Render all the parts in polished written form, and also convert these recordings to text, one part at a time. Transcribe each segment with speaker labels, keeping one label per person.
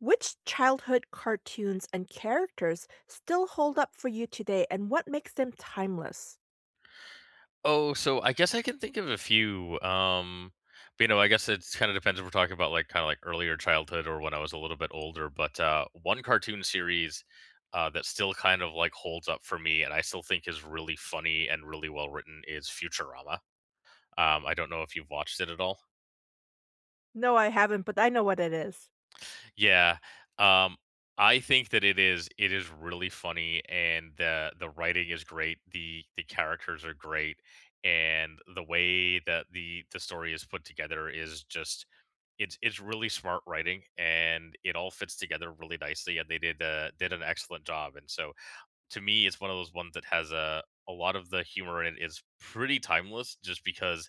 Speaker 1: Which childhood cartoons and characters still hold up for you today, and what makes them timeless?
Speaker 2: Oh, so I guess I can think of a few. I guess it kind of depends if we're talking about like kind of like earlier childhood or when I was a little bit older. But one cartoon series that still kind of like holds up for me, and I still think is really funny and really well written is Futurama. I don't know if you've watched it at all.
Speaker 1: No, I haven't, but I know what it is.
Speaker 2: Yeah. Um, I think that it is really funny, and the writing is great. The characters are great, and the way that the story is put together is just it's really smart writing, and it all fits together really nicely, and they did an excellent job. And so to me it's one of those ones that has a lot of the humor in it is pretty timeless, just because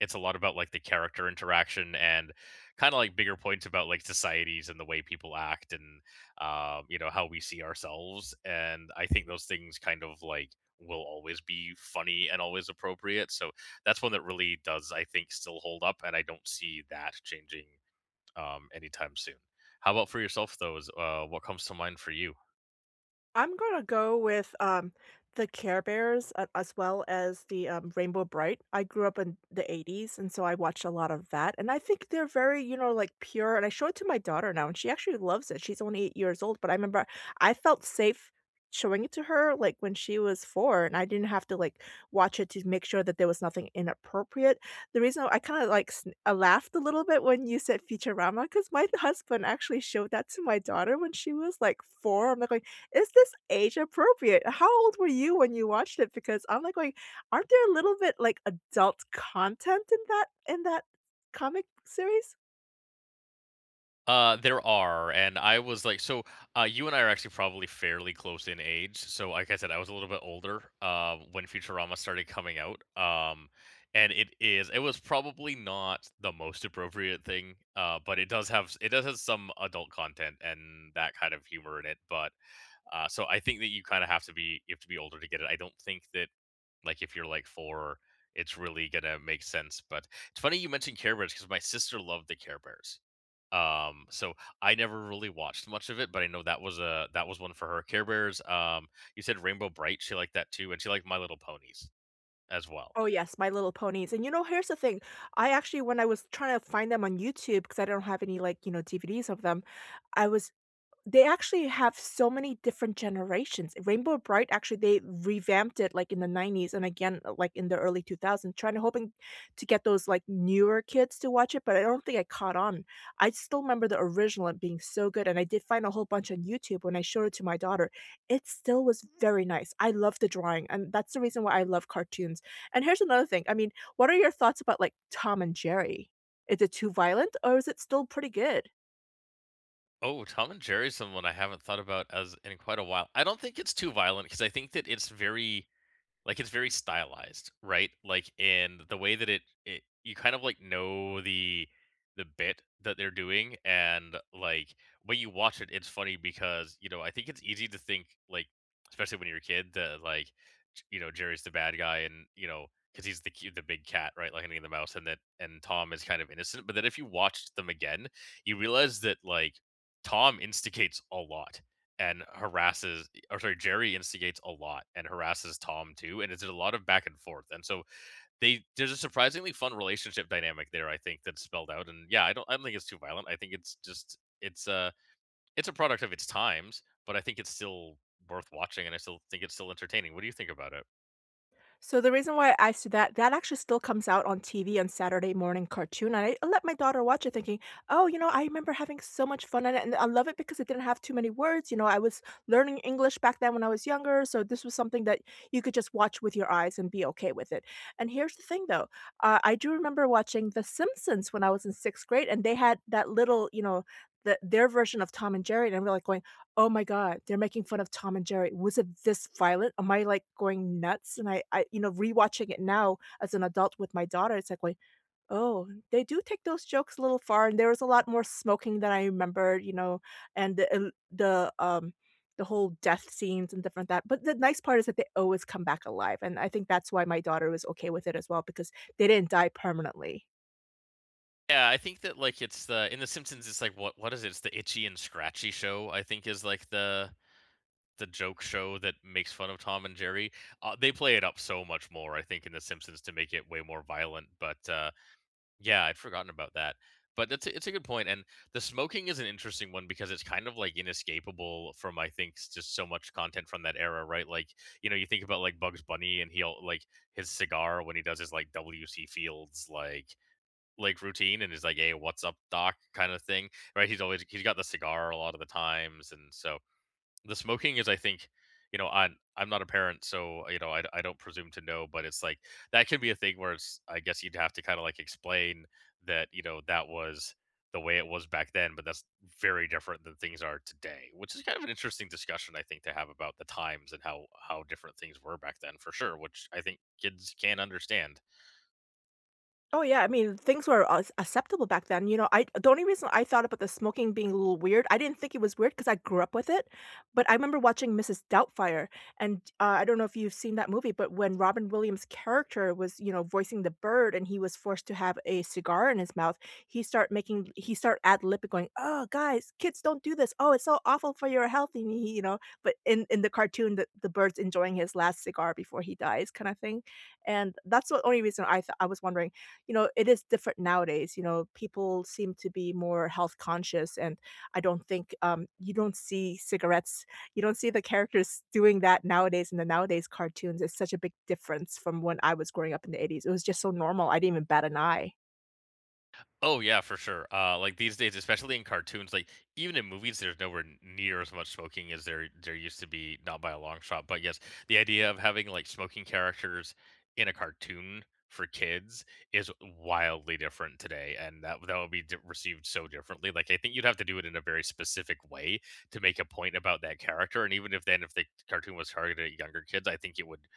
Speaker 2: it's a lot about like the character interaction and kind of like bigger points about like societies and the way people act, and you know, how we see ourselves. And I think those things kind of like will always be funny and always appropriate, so that's one that really does, I think, still hold up, and I don't see that changing anytime soon. How about for yourself, though? What comes to mind for you?
Speaker 1: I'm gonna go with, the Care Bears a as well as the Rainbow Bright. I grew up in the '80s, and so I watched a lot of that, and I think they're very, you know, like, pure, and I show it to my daughter now, and she actually loves it. She's only 8 years old, but I remember I felt safe showing it to her, like, when she was 4, and I didn't have to, like, watch it to make sure that there was nothing inappropriate. The reason I kinda, like, sn I laughed a little bit when you said Futurama, because my husband actually showed that to my daughter when she was, like, 4. I'm like, is this age appropriate? How old were you when you watched it? Because I'm like going, aren't there a little bit like adult content in that comic series?
Speaker 2: There are, and I was like, so you and I are actually probably fairly close in age. So, like I said, I was a little bit older when Futurama started coming out. And it was probably not the most appropriate thing, but it does have some adult content and that kind of humor in it. But so I think that you have to be older to get it. I don't think that like if you're like 4, it's really gonna make sense. But it's funny you mentioned Care Bears, because my sister loved the Care Bears. So I never really watched much of it, but I know that was a that was one for her. Care Bears. You said Rainbow Bright. She liked that too, and she liked My Little Ponies as well.
Speaker 1: Oh yes, My Little Ponies. And you know, here's the thing. I actually When I was trying to find them on YouTube because I don't have any like, you know, DVDs of them, I was— they actually have so many different generations. Rainbow Bright, actually they revamped it like in the 90's and again, like in the early 2000s, trying to— hoping to get those like newer kids to watch it, but I don't think I caught on. I still remember the original and being so good, and I did find a whole bunch on YouTube when I showed it to my daughter. It still was very nice. I love the drawing, and that's the reason why I love cartoons. And here's another thing. I mean, what are your thoughts about like Tom and Jerry? Is it too violent or is it still pretty good?
Speaker 2: Oh, Tom and Jerry's someone I haven't thought about as in quite a while. I don't think it's too violent, because I think that it's very like, it's very stylized, right? Like, in the way that it you kind of, like, know the bit that they're doing, and, like, when you watch it, it's funny because, you know, I think it's easy to think, like, especially when you're a kid, that, like, J you know, Jerry's the bad guy, and, you know, because he's the big cat, right, like Minnie and the Mouse, and that, and Tom is kind of innocent, but then if you watched them again, you realize that, like, Tom instigates a lot and harasses, or sorry, Jerry instigates a lot and harasses Tom too, and it's a lot of back and forth. And so they there's a surprisingly fun relationship dynamic there, I think, that's spelled out. And yeah, I don't think it's too violent. I think it's just it's it's a product of its times, but I think it's still worth watching, and I still think it's still entertaining. What do you think about it?
Speaker 1: So the reason why I see that, that actually still comes out on TV on Saturday morning cartoon. And I let my daughter watch it thinking, oh, you know, I remember having so much fun on it. And I love it because it didn't have too many words. You know, I was learning English back then when I was younger. So this was something that you could just watch with your eyes and be okay with it. And here's the thing though, I do remember watching The Simpsons when I was in sixth grade, and they had that little, you know, their version of Tom and Jerry, and we're like going, oh my God, they're making fun of Tom and Jerry. Was it this violent? Am I, like, going nuts? And I you know, rewatching it now as an adult with my daughter, it's like going, "Oh, they do take those jokes a little far," and there was a lot more smoking than I remembered, you know, and the whole death scenes and different that, but the nice part is that they always come back alive, and I think that's why my daughter was okay with it as well, because they didn't die permanently.
Speaker 2: Yeah, I think that like it's the in The Simpsons, it's like what is it? It's the itchy and scratchy show, I think, is like the joke show that makes fun of Tom and Jerry. They play it up so much more, I think, in The Simpsons to make it way more violent. But yeah, I'd forgotten about that. But that's a, it's a good point. And the smoking is an interesting one, because it's kind of like inescapable from, I think, just so much content from that era, right? Like you know, you think about like Bugs Bunny, and he'll like his cigar when he does his like W.C. Fields like routine and is like, hey, what's up, Doc, kind of thing, right? He's always he's got the cigar a lot of the times, and so the smoking is, I think, you know, I'm not a parent, so you know, I don't presume to know, but it's like that could be a thing where it's, I guess you'd have to kind of like explain that you know that was the way it was back then, but that's very different than things are today, which is kind of an interesting discussion, I think, to have about the times and how different things were back then for sure, which I think kids can understand.
Speaker 1: Oh, yeah, I mean, things were ac acceptable back then, you know. I The only reason I thought about the smoking being a little weird— I didn't think it was weird because I grew up with it, but I remember watching Mrs. Doubtfire, and, I don't know if you've seen that movie, but when Robin Williams' character was, you know, voicing the bird and he was forced to have a cigar in his mouth, he start ad-libbing going, "Oh, guys, kids don't do this. Oh, it's so awful for your health," and he, you know, but in the cartoon, the bird's enjoying his last cigar before he dies, kinda thing, and that's the only reason. I thought— I was wondering, you know, it is different nowadays. You know, people seem to be more health conscious, and I don't think, you don't see cigarettes. You don't see the characters doing that nowadays, in the nowadays cartoons. It's such a big difference from when I was growing up in the 80's. It was just so normal. I didn't even bat an eye.
Speaker 2: Oh yeah, for sure. Like these days, especially in cartoons, like even in movies, there's nowhere near as much smoking as there used to be, not by a long shot. But yes, the idea of having like smoking characters in a cartoon for kids is wildly different today, and that would be received so differently. Like I think you'd have to do it in a very specific way to make a point about that character, and even if the cartoon was targeted at younger kids, I think it would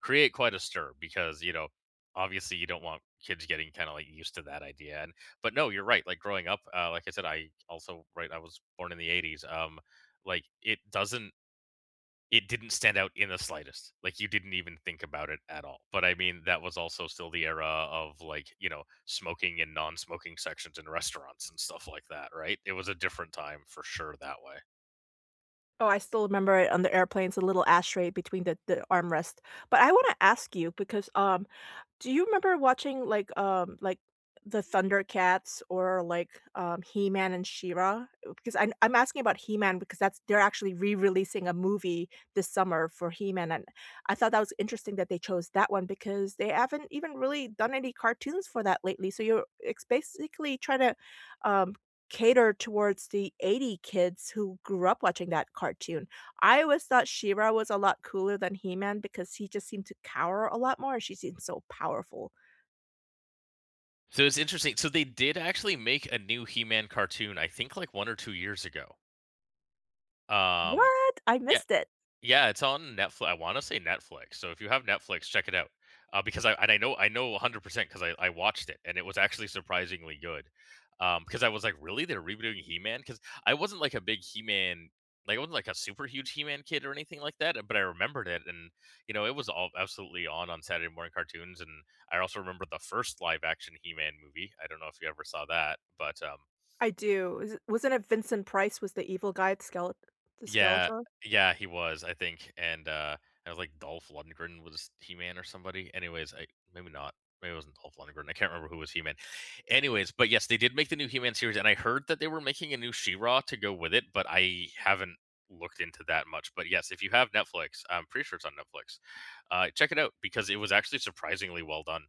Speaker 2: create quite a stir, because you know obviously you don't want kids getting kind of like used to that idea. But no, you're right. Like growing up, like I said, I also right. I was born in the '80s. Like it didn't stand out in the slightest. Like you didn't even think about it at all. But I mean, that was also still the era of like you know smoking and non-smoking sections in restaurants and stuff like that. Right? It was a different time for sure that way.
Speaker 1: Oh, I still remember it on the airplanes, a little ashtray between the armrest. But I want to ask you, because do you remember watching like the Thundercats or like He-Man and She-Ra? Because I'm asking about He-Man because that's they're actually re-releasing a movie this summer for He-Man, and I thought that was interesting that they chose that one because they haven't even really done any cartoons for that lately. So you're it's basically trying to, um cater towards the 80 kids who grew up watching that cartoon. I always thought She-Ra was a lot cooler than He-Man, because he just seemed to cower a lot more, and she seemed so powerful.
Speaker 2: So it's interesting. So they did actually make a new He-Man cartoon, I think, like 1 or 2 years ago. Um,
Speaker 1: What? I
Speaker 2: yeah,
Speaker 1: missed it.
Speaker 2: Yeah, it's on Netflix. I want to say Netflix. So if you have Netflix, check it out. Because I know 100%, because I watched it, and it was actually surprisingly good. Because I was like, really, they're rebooting He-Man? Because I wasn't like a big He-Man, like I wasn't like a super huge He-Man kid or anything like that. But I remembered it, and you know, it was all absolutely on Saturday morning cartoons. And I also remember the first live action He-Man movie. I don't know if you ever saw that, but
Speaker 1: I do. Is it Wasn't it Vincent Price was the evil guy at Skele the
Speaker 2: yeah,
Speaker 1: Skeletor?
Speaker 2: yeah, he was, I think, and, I was like Dolph Lundgren was He-Man or somebody. Anyways, I maybe not. Maybe it wasn't Dolph Lundgren. I can't remember who was He-Man. Anyways, but yes, they did make the new He-Man series, and I heard that they were making a new She-Ra to go with it, but I haven't looked into that much. But yes, if you have Netflix, I'm pretty sure it's on Netflix. Check it out, because it was actually surprisingly well done,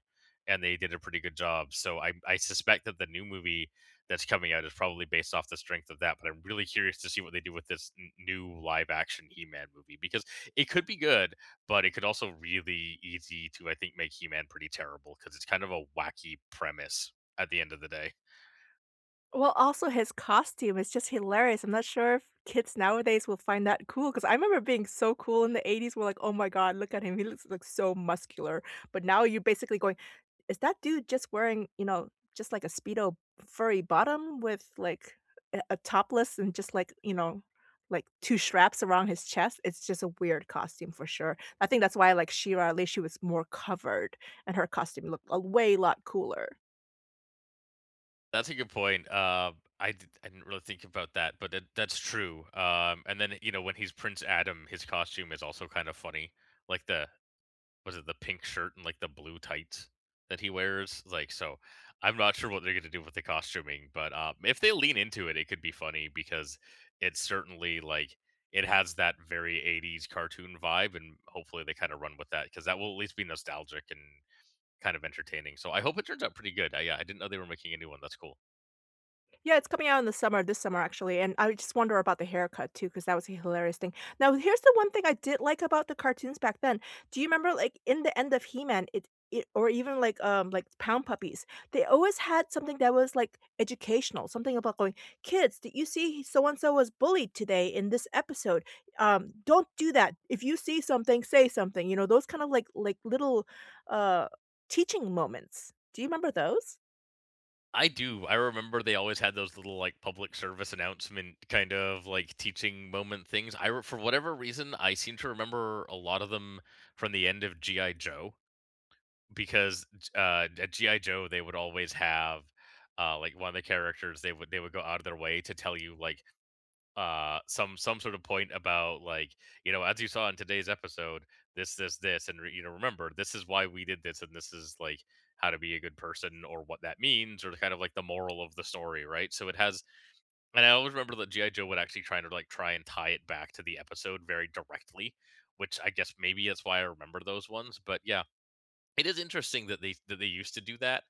Speaker 2: and they did a pretty good job. So I suspect that the new movie that's coming out is probably based off the strength of that. But I'm really curious to see what they do with this new live action He Man movie, because it could be good, but it could also really easy to, I think, make He Man pretty terrible, because it's kind of a wacky premise at the end of the day.
Speaker 1: Well, also his costume is just hilarious. I'm not sure if kids nowadays will find that cool, because I remember being so cool in the 80's. We're like, oh my God, look at him. He looks like so muscular. But now you're basically going, is that dude just wearing, you know, just like a Speedo furry bottom with like a topless and just like, you know, like two straps around his chest. It's just a weird costume for sure. I think that's why I like Shira. At least she was more covered, and her costume looked a way lot cooler.
Speaker 2: That's a good point. I didn't really think about that, but that's true. And then you know when he's Prince Adam, his costume is also kind of funny, like the was it the pink shirt and like the blue tights that he wears? Like, so I'm not sure what they're going to do with the costuming, but if they lean into it, it could be funny, because it's certainly like it has that very 80s cartoon vibe, and hopefully they kind of run with that, because that will at least be nostalgic and kind of entertaining. So I hope it turns out pretty good. Yeah, I didn't know they were making a new one. That's cool.
Speaker 1: Yeah, it's coming out in the summer, this summer, actually, and I just wonder about the haircut too, because that was a hilarious thing. Now, here's the one thing I did like about the cartoons back then. Do you remember, like, in the end of He-Man, it or even, like, Pound Puppies, they always had something that was, like, educational, something about going, "Kids, did you see so and so was bullied today in this episode? Don't do that. If you see something, say something." You know, those kind of, like, little, uh, teaching moments. Do you remember those?
Speaker 2: I do. I remember they always had those little like public service announcement kind of like teaching moment things. For whatever reason, I seem to remember a lot of them from the end of GI Joe, because at GI Joe they would always have like one of the characters, they would go out of their way to tell you like some sort of point about like you know as you saw in today's episode, you know, remember this is why we did this, and this is like how to be a good person or what that means, or kind of like the moral of the story, right? So it has, and I always remember that GI Joe would actually try to like try and tie it back to the episode very directly, which I guess maybe that's why I remember those ones. But yeah, it is interesting that they used to do that,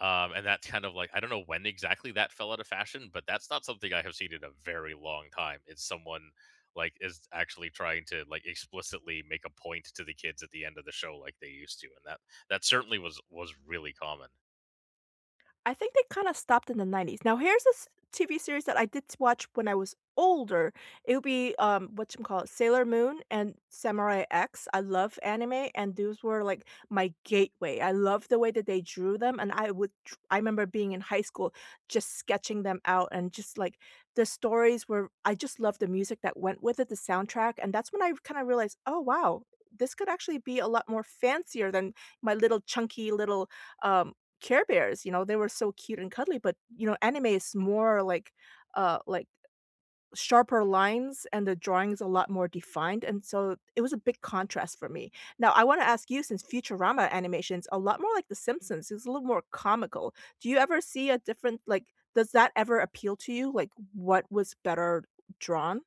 Speaker 2: and that's kind of like, I don't know when exactly that fell out of fashion, but that's not something I have seen in a very long time. It's someone like is actually trying to like explicitly make a point to the kids at the end of the show like they used to, and that certainly was really common.
Speaker 1: I think they kinda stopped in the '90s. Now here's a s TV series that I did watch when I was older. It would be, what you call it, Sailor Moon and Samurai X. I love anime, and those were, like, my gateway. I love the way that they drew them, and I would tr I remember being in high school just sketching them out and just, like, the stories were— I just loved the music that went with it, the soundtrack, and that's when I kinda realized, "Oh, wow. This could actually be a lot more fancier than my little chunky little, um, Care Bears, you know, they were so cute and cuddly, but, you know, anime is more like, uh, like sharper lines and the drawing's a lot more defined, and so it was a big contrast for me. Now I wanna ask you, since Futurama animation's a lot more like The Simpsons, it's a little more comical. Do you ever see a different— like, does that ever appeal to you? Like, what was better drawn?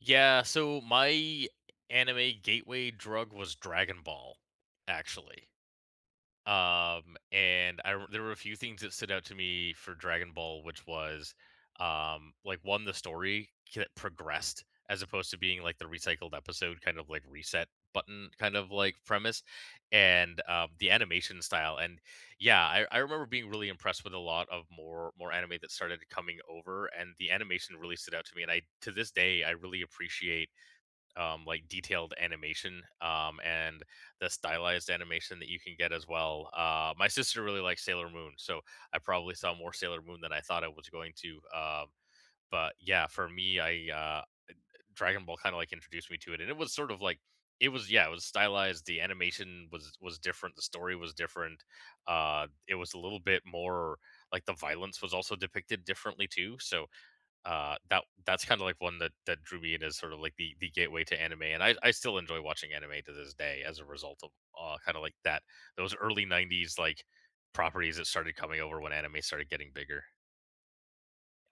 Speaker 2: Yeah, so my anime gateway drug was Dragon Ball, actually. And I r There were a few things that stood out to me for Dragon Ball, which was, like, 1, the story that progressed as opposed to being, like, the recycled episode, kind of like reset button kind of, like, premise, and, the animation style, and yeah, I remember being really impressed with a lot of more anime that started coming over, and the animation really stood out to me, and I to this day, I really appreciate like detailed animation, and the stylized animation that you can get as well. My sister really likes Sailor Moon, so I probably saw more Sailor Moon than I thought I was going to. But yeah, for me, I Dragon Ball kind of like introduced me to it, and it was sort of like it was yeah, it was stylized. The animation was different. The story was different. It was a little bit more like the violence was also depicted differently too. So that that's kind of like one that that drew me in as sort of like the gateway to anime, and I still enjoy watching anime to this day as a result of kind of like that, those early '90s like properties that started coming over when anime started getting bigger.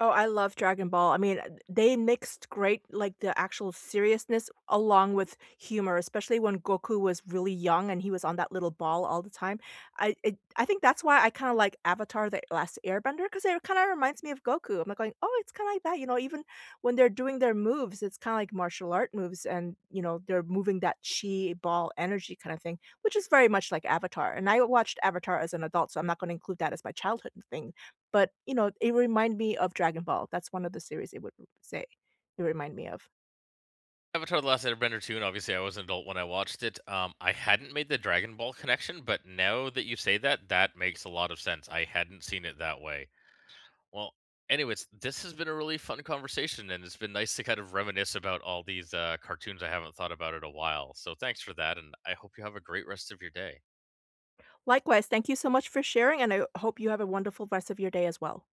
Speaker 1: Oh, I love Dragon Ball. I mean, they mixed great, like the actual seriousness along with humor, especially when Goku was really young and he was on that little ball all the time. I think that's why I kind of like Avatar: The Last Airbender, because it kind of reminds me of Goku. I'm like going, oh, it's kind of like that, you know. Even when they're doing their moves, it's kind of like martial art moves, and you know they're moving that chi ball energy kind of thing, which is very much like Avatar. And I watched Avatar as an adult, so I'm not going to include that as my childhood thing, but, you know, it remind me of Dragon Ball. That's one of the series it would say it remind me of.
Speaker 2: Avatar: The Last Airbender 2, and obviously I was an adult when I watched it. I hadn't made the Dragon Ball connection, but now that you say that, that makes a lot of sense. I hadn't seen it that way. Well, anyways, this has been a really fun conversation, and it's been nice to kind of reminisce about all these cartoons I haven't thought about in a while. So thanks for that, and I hope you have a great rest of your day.
Speaker 1: Likewise, thank you so much for sharing, and I hope you have a wonderful rest of your day as well.